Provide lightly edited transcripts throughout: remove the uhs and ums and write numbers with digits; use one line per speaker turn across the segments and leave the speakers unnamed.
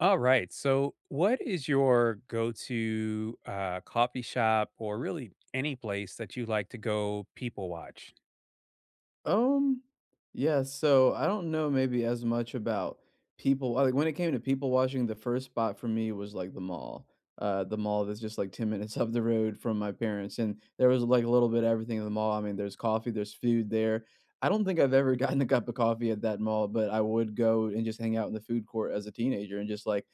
All right. So, what is your go-to coffee shop, or really any place that you like to go people watch?
Um, yeah, so I don't know maybe as much about people, like, when it came to people watching, the first spot for me was like the mall. The mall that's just like 10 minutes up the road from my parents. And there was like a little bit of everything in the mall. I mean, there's coffee, there's food there. I don't think I've ever gotten a cup of coffee at that mall, but I would go and just hang out in the food court as a teenager and just like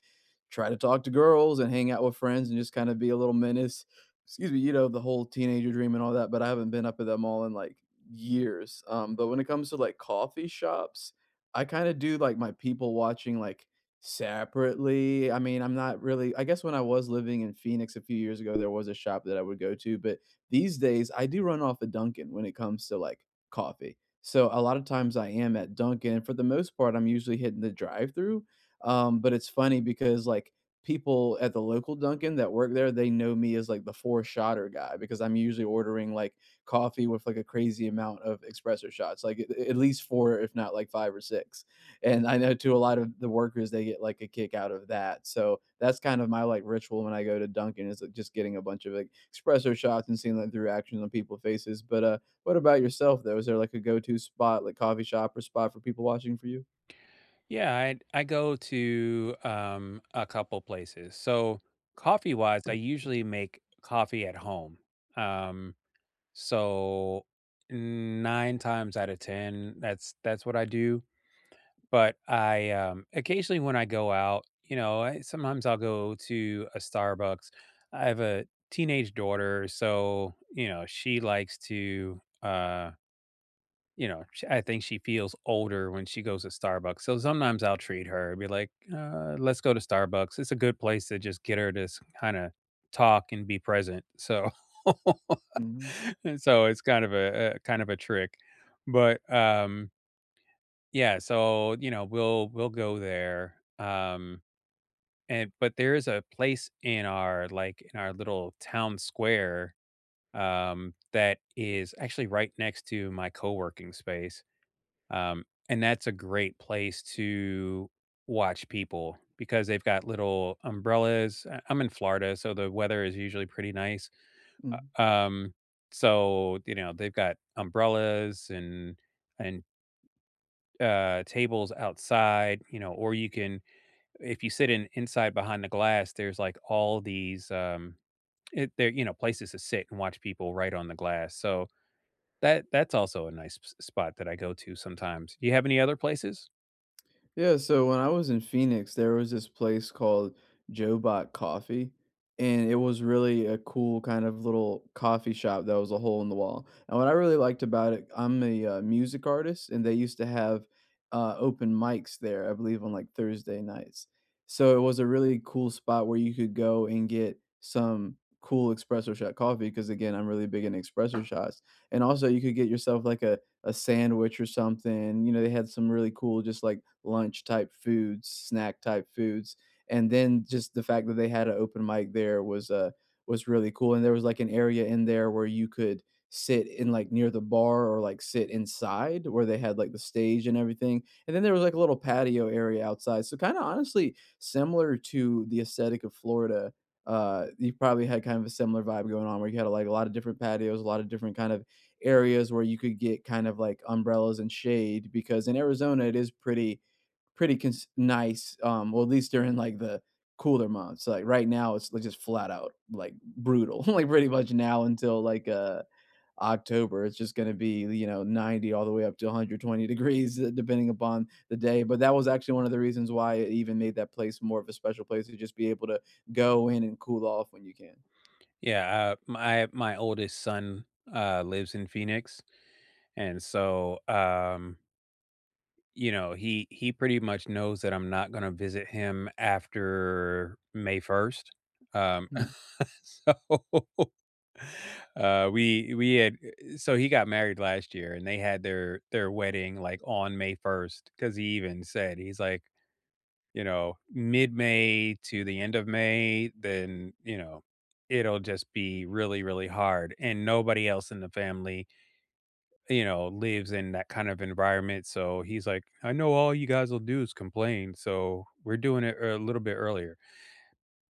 try to talk to girls and hang out with friends and just kind of be a little menace. Excuse me, the whole teenager dream and all that. But I haven't been up at that mall in like years. But when it comes to like coffee shops, I kind of do like my people watching like separately. I mean, I'm not really, I guess when I was living in Phoenix a few years ago, there was a shop that I would go to. But these days, I do run off a Dunkin' when it comes to like coffee. So a lot of times I am at Dunkin'. And for the most part, I'm usually hitting the drive through. But it's funny because like, people at the local Dunkin' that work there, they know me as like the four shotter guy because I'm usually ordering like coffee with like a crazy amount of espresso shots, like at least four, if not like five or six. And I know too, a lot of the workers they get like a kick out of that. So that's kind of my like ritual when I go to Dunkin' is like just getting a bunch of like espresso shots and seeing like the reactions on people's faces. But what about yourself though? Is there like a go-to spot, like coffee shop or spot for people watching for you?
Yeah, I go to a couple places. So, coffee wise, I usually make coffee at home. Um, so nine times out of ten, that's what I do. But I occasionally when I go out, you know, I sometimes I'll go to a Starbucks. I have a teenage daughter, so you know she likes to, you know, sh I think she feels older when she goes to Starbucks. So sometimes I'll treat her and be like, "Let's go to Starbucks." It's a good place to just get her to kind of talk and be present. So,
hmm
so it's kind of a kind of a trick, but yeah, so, you know, we'll go there, and but there is a place in like in our little town square, that is actually right next to my co-working space, um, and that's a great place to watch people because they've got little umbrellas. I'm in Florida, so the weather is usually pretty nice, uh, um, so, you know, they've got umbrellas and and tables outside, you know, or you can if you sit in inside behind the glass, there's like all these there you know places to sit and watch people right on the glass. So that's also a nice spot that I go to sometimes. Do you have any other places?
Yeah, so when I was in Phoenix, there was this place called Joe Bot Coffee, and it was really a cool kind of little coffee shop that was a hole in the wall. And what I really liked about it, I'm a music artist, and they used to have open mics there, I believe, on like Thursday nights. So it was a really cool spot where you could go and get some cool espresso shot coffee because again, I'm really big in espresso shots. And also you could get yourself like a sandwich or something. You know, they had some really cool, just like lunch type foods, snack type foods, and then just the fact that they had an open mic there was was really cool. And there was like an area in there where you could sit in like near the bar or like sit inside where they had like the stage and everything. And then there was like a little patio area outside. So kind of honestly similar to the aesthetic of Florida. You probably had kind of a similar vibe going on where you had like a lot of different patios, a lot of different kind of areas where you could get kind of like umbrellas and shade because in Arizona it is nice. Well, at least during like the cooler months. Like right now, it's like just flat out like brutal. Like pretty much now until like October, it's just going to be you know 90 all the way up to 120 degrees depending upon the day. But that was actually one of the reasons why it even made that place more of a special place to just be able to go in and cool off when you can.
Yeah, my my oldest son lives in Phoenix and so you know, he pretty much knows that I'm not going to visit him after May 1st. Um
Mhm,
so we had so he got married last year, and they had their wedding, like, on May 1st. Cause he even said, he's like, you know, "Mid-May to the end of May, then, you know, it'll just be really, really hard," and nobody else in the family, you know, lives in that kind of environment, so he's like, "I know all you guys will do is complain, so we're doing it a little bit earlier,"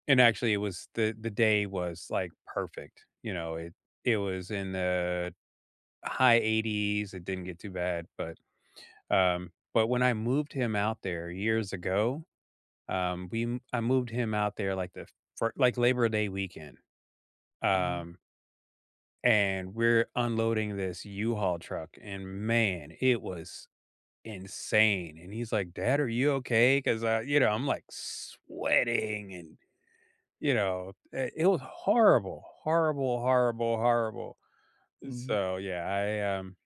and actually, it was the day was, like, perfect, you know, it was in the High 80's, it didn't get too bad, but when I moved him out there years ago, we m I moved him out there like the fir like Labor Day weekend,
mhm,
um, and we're unloading this U-Haul truck, and man, it was insane, and he's like, "Dad, are you okay?" Because I, you know, I'm like sweating and, you know, I it was horrible, horrible, horrible, horrible. So, yeah, I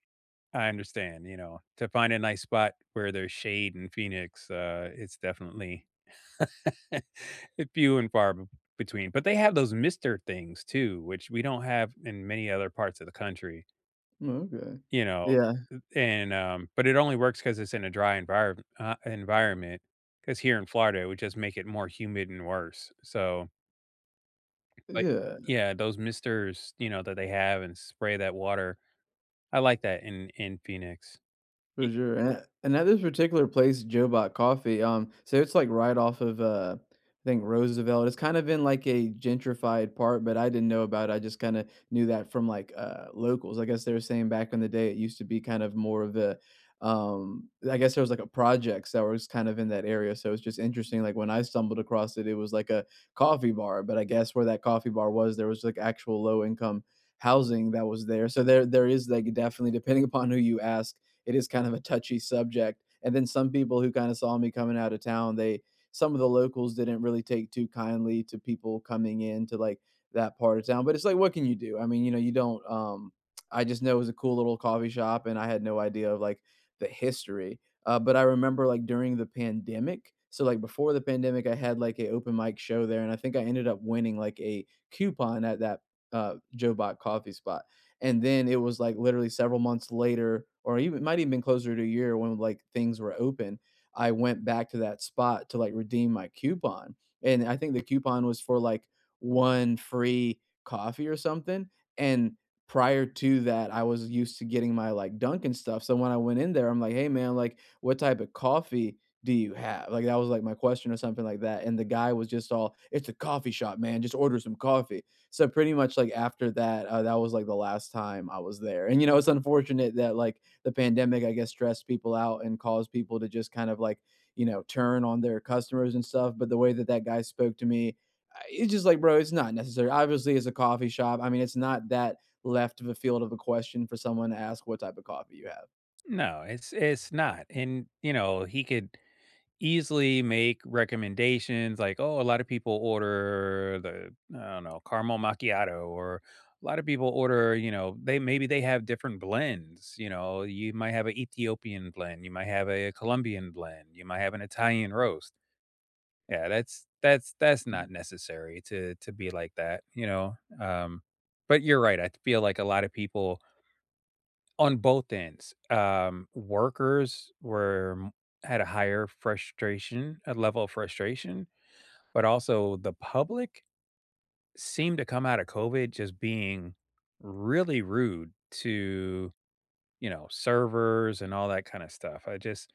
I understand, you know, to find a nice spot where there's shade in Phoenix, it's definitely few and far b between, but they have those mister things too, which we don't have in many other parts of the country,
mhm. Okay.
you know,
Yeah.
and, but it only works because it's in a dry environment. Because here in Florida, it would just make it more humid and worse, so, but
Yeah.
yeah, those misters, you know, that they have and spray that water, I like that in Phoenix.
For sure, and at this particular place, Joe Bot Coffee, so it's, like, right off of, I think Roosevelt. It's kind of in, like, a gentrified part, but I didn't know about it, I just kinda knew that from, like, locals, I guess they were saying back in the day, it used to be kind of more of a I guess there was, like, a projects that was kind of in that area, so it's just interesting, like, when I stumbled across it, it was, like, a coffee bar, but I guess where that coffee bar was, there was, like, actual low income housing that was there, so there is, like, definitely, depending upon who you ask, it is kind of a touchy subject. And then some people who kind of saw me coming out of town, they some of the locals didn't really take too kindly to people coming in to like that part of town. But it's like, what can you do? I mean, you know, you don't. I just know it was a cool little coffee shop, and I had no idea of like the history. But I remember like during the pandemic. So like before the pandemic, I had like a open mic show there, and I think I ended up winning like a coupon at that Joe Bot coffee spot. And then it was like literally several months later, or even it might even been closer to a year when like things were open. I went back to that spot to like redeem my coupon. And I think the coupon was for like one free coffee or something. And prior to that, I was used to getting my like Dunkin' stuff. So when I went in there, I'm like, hey man, like what type of coffee do you have? Like that was like my question or something like that. And the guy was just all, it's a coffee shop, man. Just order some coffee. So pretty much like after that, that was like the last time I was there. And you know, it's unfortunate that like the pandemic, I guess, stressed people out and caused people to just kind of like you know turn on their customers and stuff. But the way that that guy spoke to me, it's just like, bro, it's not necessary. Obviously, it's a coffee shop. I mean, it's not that left of a field of a question for someone to ask what type of coffee you have.
No, it's not. And you know, he could easily make recommendations like, oh, a lot of people order the I don't know, caramel macchiato, or a lot of people order, you know, they maybe they have different blends, you know, you might have an Ethiopian blend, you might have a Colombian blend, you might have an Italian roast. Yeah, that's not necessary to be like that, you know. But you're right. I feel like a lot of people on both ends, workers were m had a higher frustration a level of frustration, but also the public seemed to come out of COVID just being really rude to, you know, servers and all that kinda stuff. I just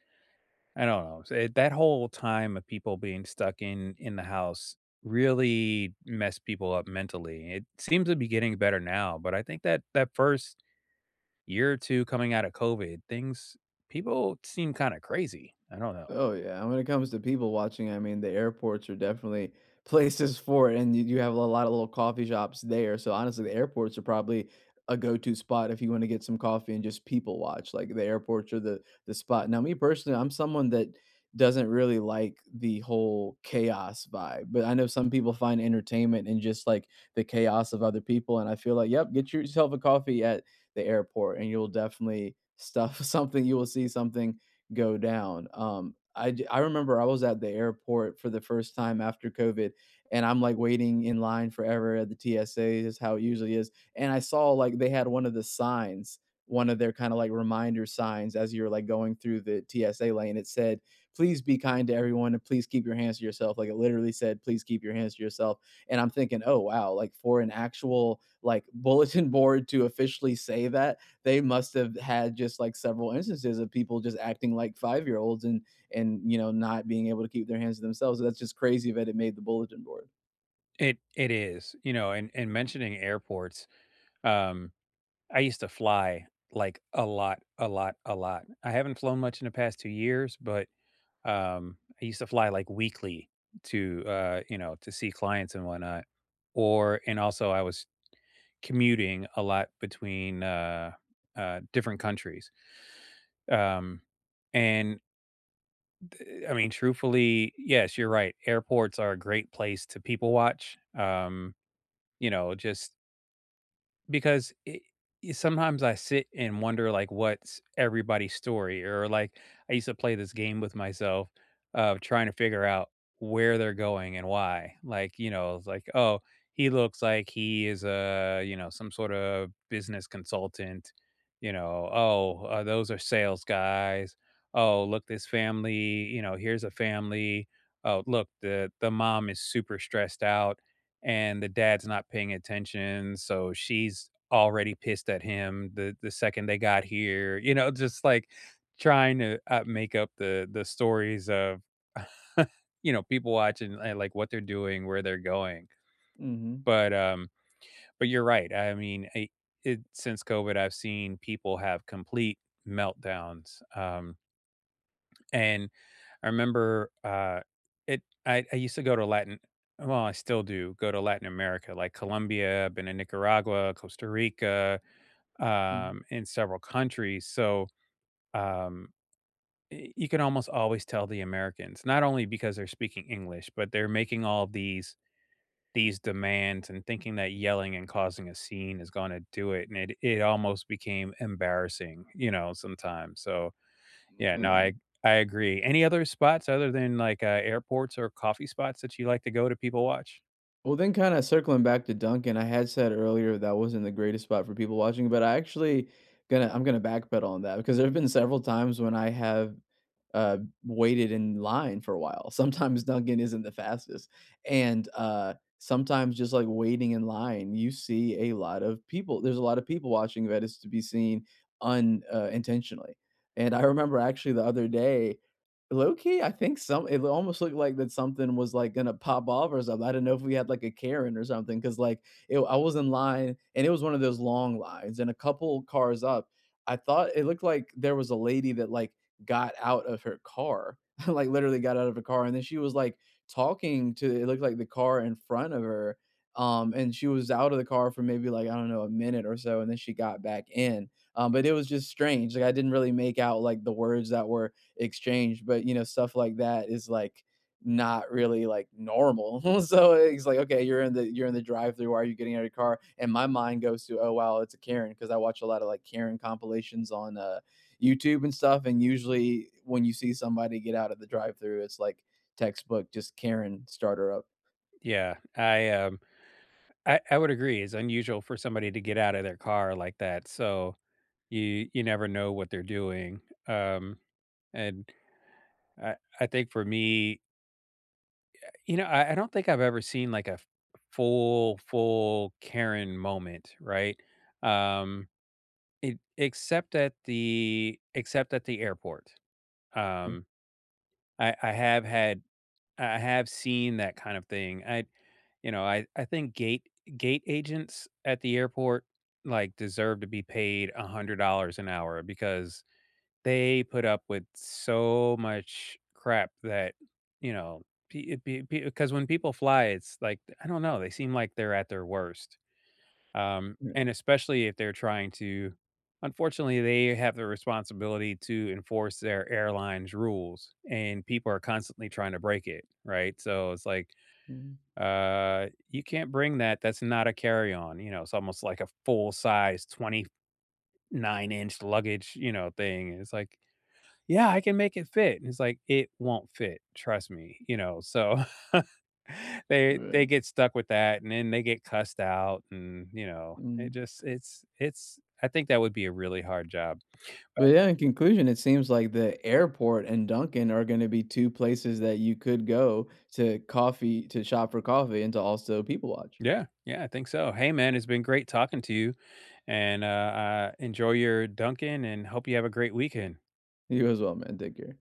I don't know. So, it that whole time of people being stuck in the house really messed people up mentally. It seems to be getting better now, but I think that that first year or two coming out of COVID, things people seem kinda crazy. I don't know.
Oh yeah, when it comes to people watching, I mean, the airports are definitely places for it, and you have a lot of little coffee shops there. So honestly, the airports are probably a go-to spot if you want to get some coffee and just people watch. Like the airports are the spot. Now, me personally, I'm someone that doesn't really like the whole chaos vibe, but I know some people find entertainment in just like the chaos of other people, and I feel like, yep, get yourself a coffee at the airport, and you'll definitely stuff something. You will see something go down. I remember I was at the airport for the first time after COVID, and I'm like waiting in line forever at the TSA is how it usually is. And I saw like they had one of the signs, one of their kind of like reminder signs as you're like going through the TSA lane. It said, "Please be kind to everyone, and please keep your hands to yourself." Like it literally said, "Please keep your hands to yourself." And I'm thinking, "Oh wow!" Like for an actual like bulletin board to officially say that they must have had just like several instances of people just acting like 5 year olds and you know not being able to keep their hands to themselves. So that's just crazy that it made the bulletin board.
It is, you know, and mentioning airports, um, I used to fly, like, a lot, a lot, a lot. I haven't flown much in the past two years, but, I used to fly, like, weekly to, you know, to see clients and whatnot, or and also I was commuting a lot between, different countries, um, and I mean, truthfully, yes, you're right. Airports are a great place to people watch. You know, just because it sometimes I sit and wonder, like, what's everybody's story? Or, like, I used to play this game with myself of trying to figure out where they're going and why. Like, you know, it's like, "Oh, he looks like he is a, you know, some sort of business consultant." You know, "Oh, those are sales guys. Oh, look, this family, you know, here's a family. Oh, look, the mom is super stressed out and the dad's not paying attention, so she's already pissed at him the second they got here, you know, just, like, trying to, make up the stories of, you know, people watching and, like, what they're doing, where they're going.
hmm
But, um but you're right, I mean, I it since COVID, I've seen people have complete meltdowns, and I remember, it I used to go to Latin well, I still do go to Latin America, like Colombia, I've been to Nicaragua, Costa Rica, in several countries, so, um, y you can almost always tell the Americans, not only because they're speaking English, but they're making all these demands and thinking that yelling and causing a scene is gonna do it, and it almost became embarrassing, you know, sometimes, so, yeah, no, I agree. Any other spots other than, like, airports or coffee spots that you like to go to people watch?
Well, then kinda circling back to Duncan, I had said earlier that wasn't the greatest spot for people watching, but I'm gonna backpedal on that because there have been several times when I have, uh, waited in line for a while. Sometimes Duncan isn't the fastest, and, sometimes just, like, waiting in line, you see a lot of people there's a lot of people watching that is to be seen unintentionally. Intentionally, and I remember actually the other day, low key, I think some it almost looked like that something was, like, gonna pop off or something. I didn't know if we had, like, a Karen or something because like, it I was in line, and it was one of those long lines, and a couple cars up, I thought it looked like there was a lady that, like, got out of her car, like, literally got out of her car, and then she was, like, talking to it looked like the car in front of her, and she was out of the car for maybe, like, I don't know, a minute or so, and then she got back in. But it was just strange, like, I didn't really make out, like, the words that were exchange, but you know stuff like that is like not really like normal. So it's like, okay, you're in the drive through, why are you getting out of your car? And my mind goes to, oh wow, it's a Karen, because I watch a lot of like Karen compilations on YouTube and stuff, and usually when you see somebody get out of the drive through, it's like textbook just Karen starter up.
Yeah, I I would agree, it's unusual for somebody to get out of their car like that, so you never know what they're doing, um, and I think for me you know, I don't think I've ever seen, like, a f full, full Karen moment, right? Um, it except at the airport. Um, I have had I have seen that kind of thing. I You know, I think gate agents at the airport like deserve to be paid $100 an hour because they put up with so much crap that, you know, because when people fly, it's like I don't know, they seem like they're at their worst. And
Right.
especially if they're trying to unfortunately, they have the responsibility to enforce their airline's rules, and people are constantly trying to break it, right? So it's like, you can't bring that. That's not a carry on. You know, it's almost like a full size 29-inch luggage, you know, thing. It's like, yeah, I can make it fit. And it's like, it won't fit. Trust me, you know, so They get stuck with that, and then they get cussed out, and, you know, it
Mm.
just it's I think that would be a really hard job.
But yeah, in conclusion, it seems like the airport and Dunkin' are gonna be 2 places that you could go to coffee to shop for coffee and to also people watch.
Yeah, yeah, I think so. Hey, man, it's been great talking to you, and, enjoy your Dunkin' and hope you have a great weekend.
You as well, man. Take care.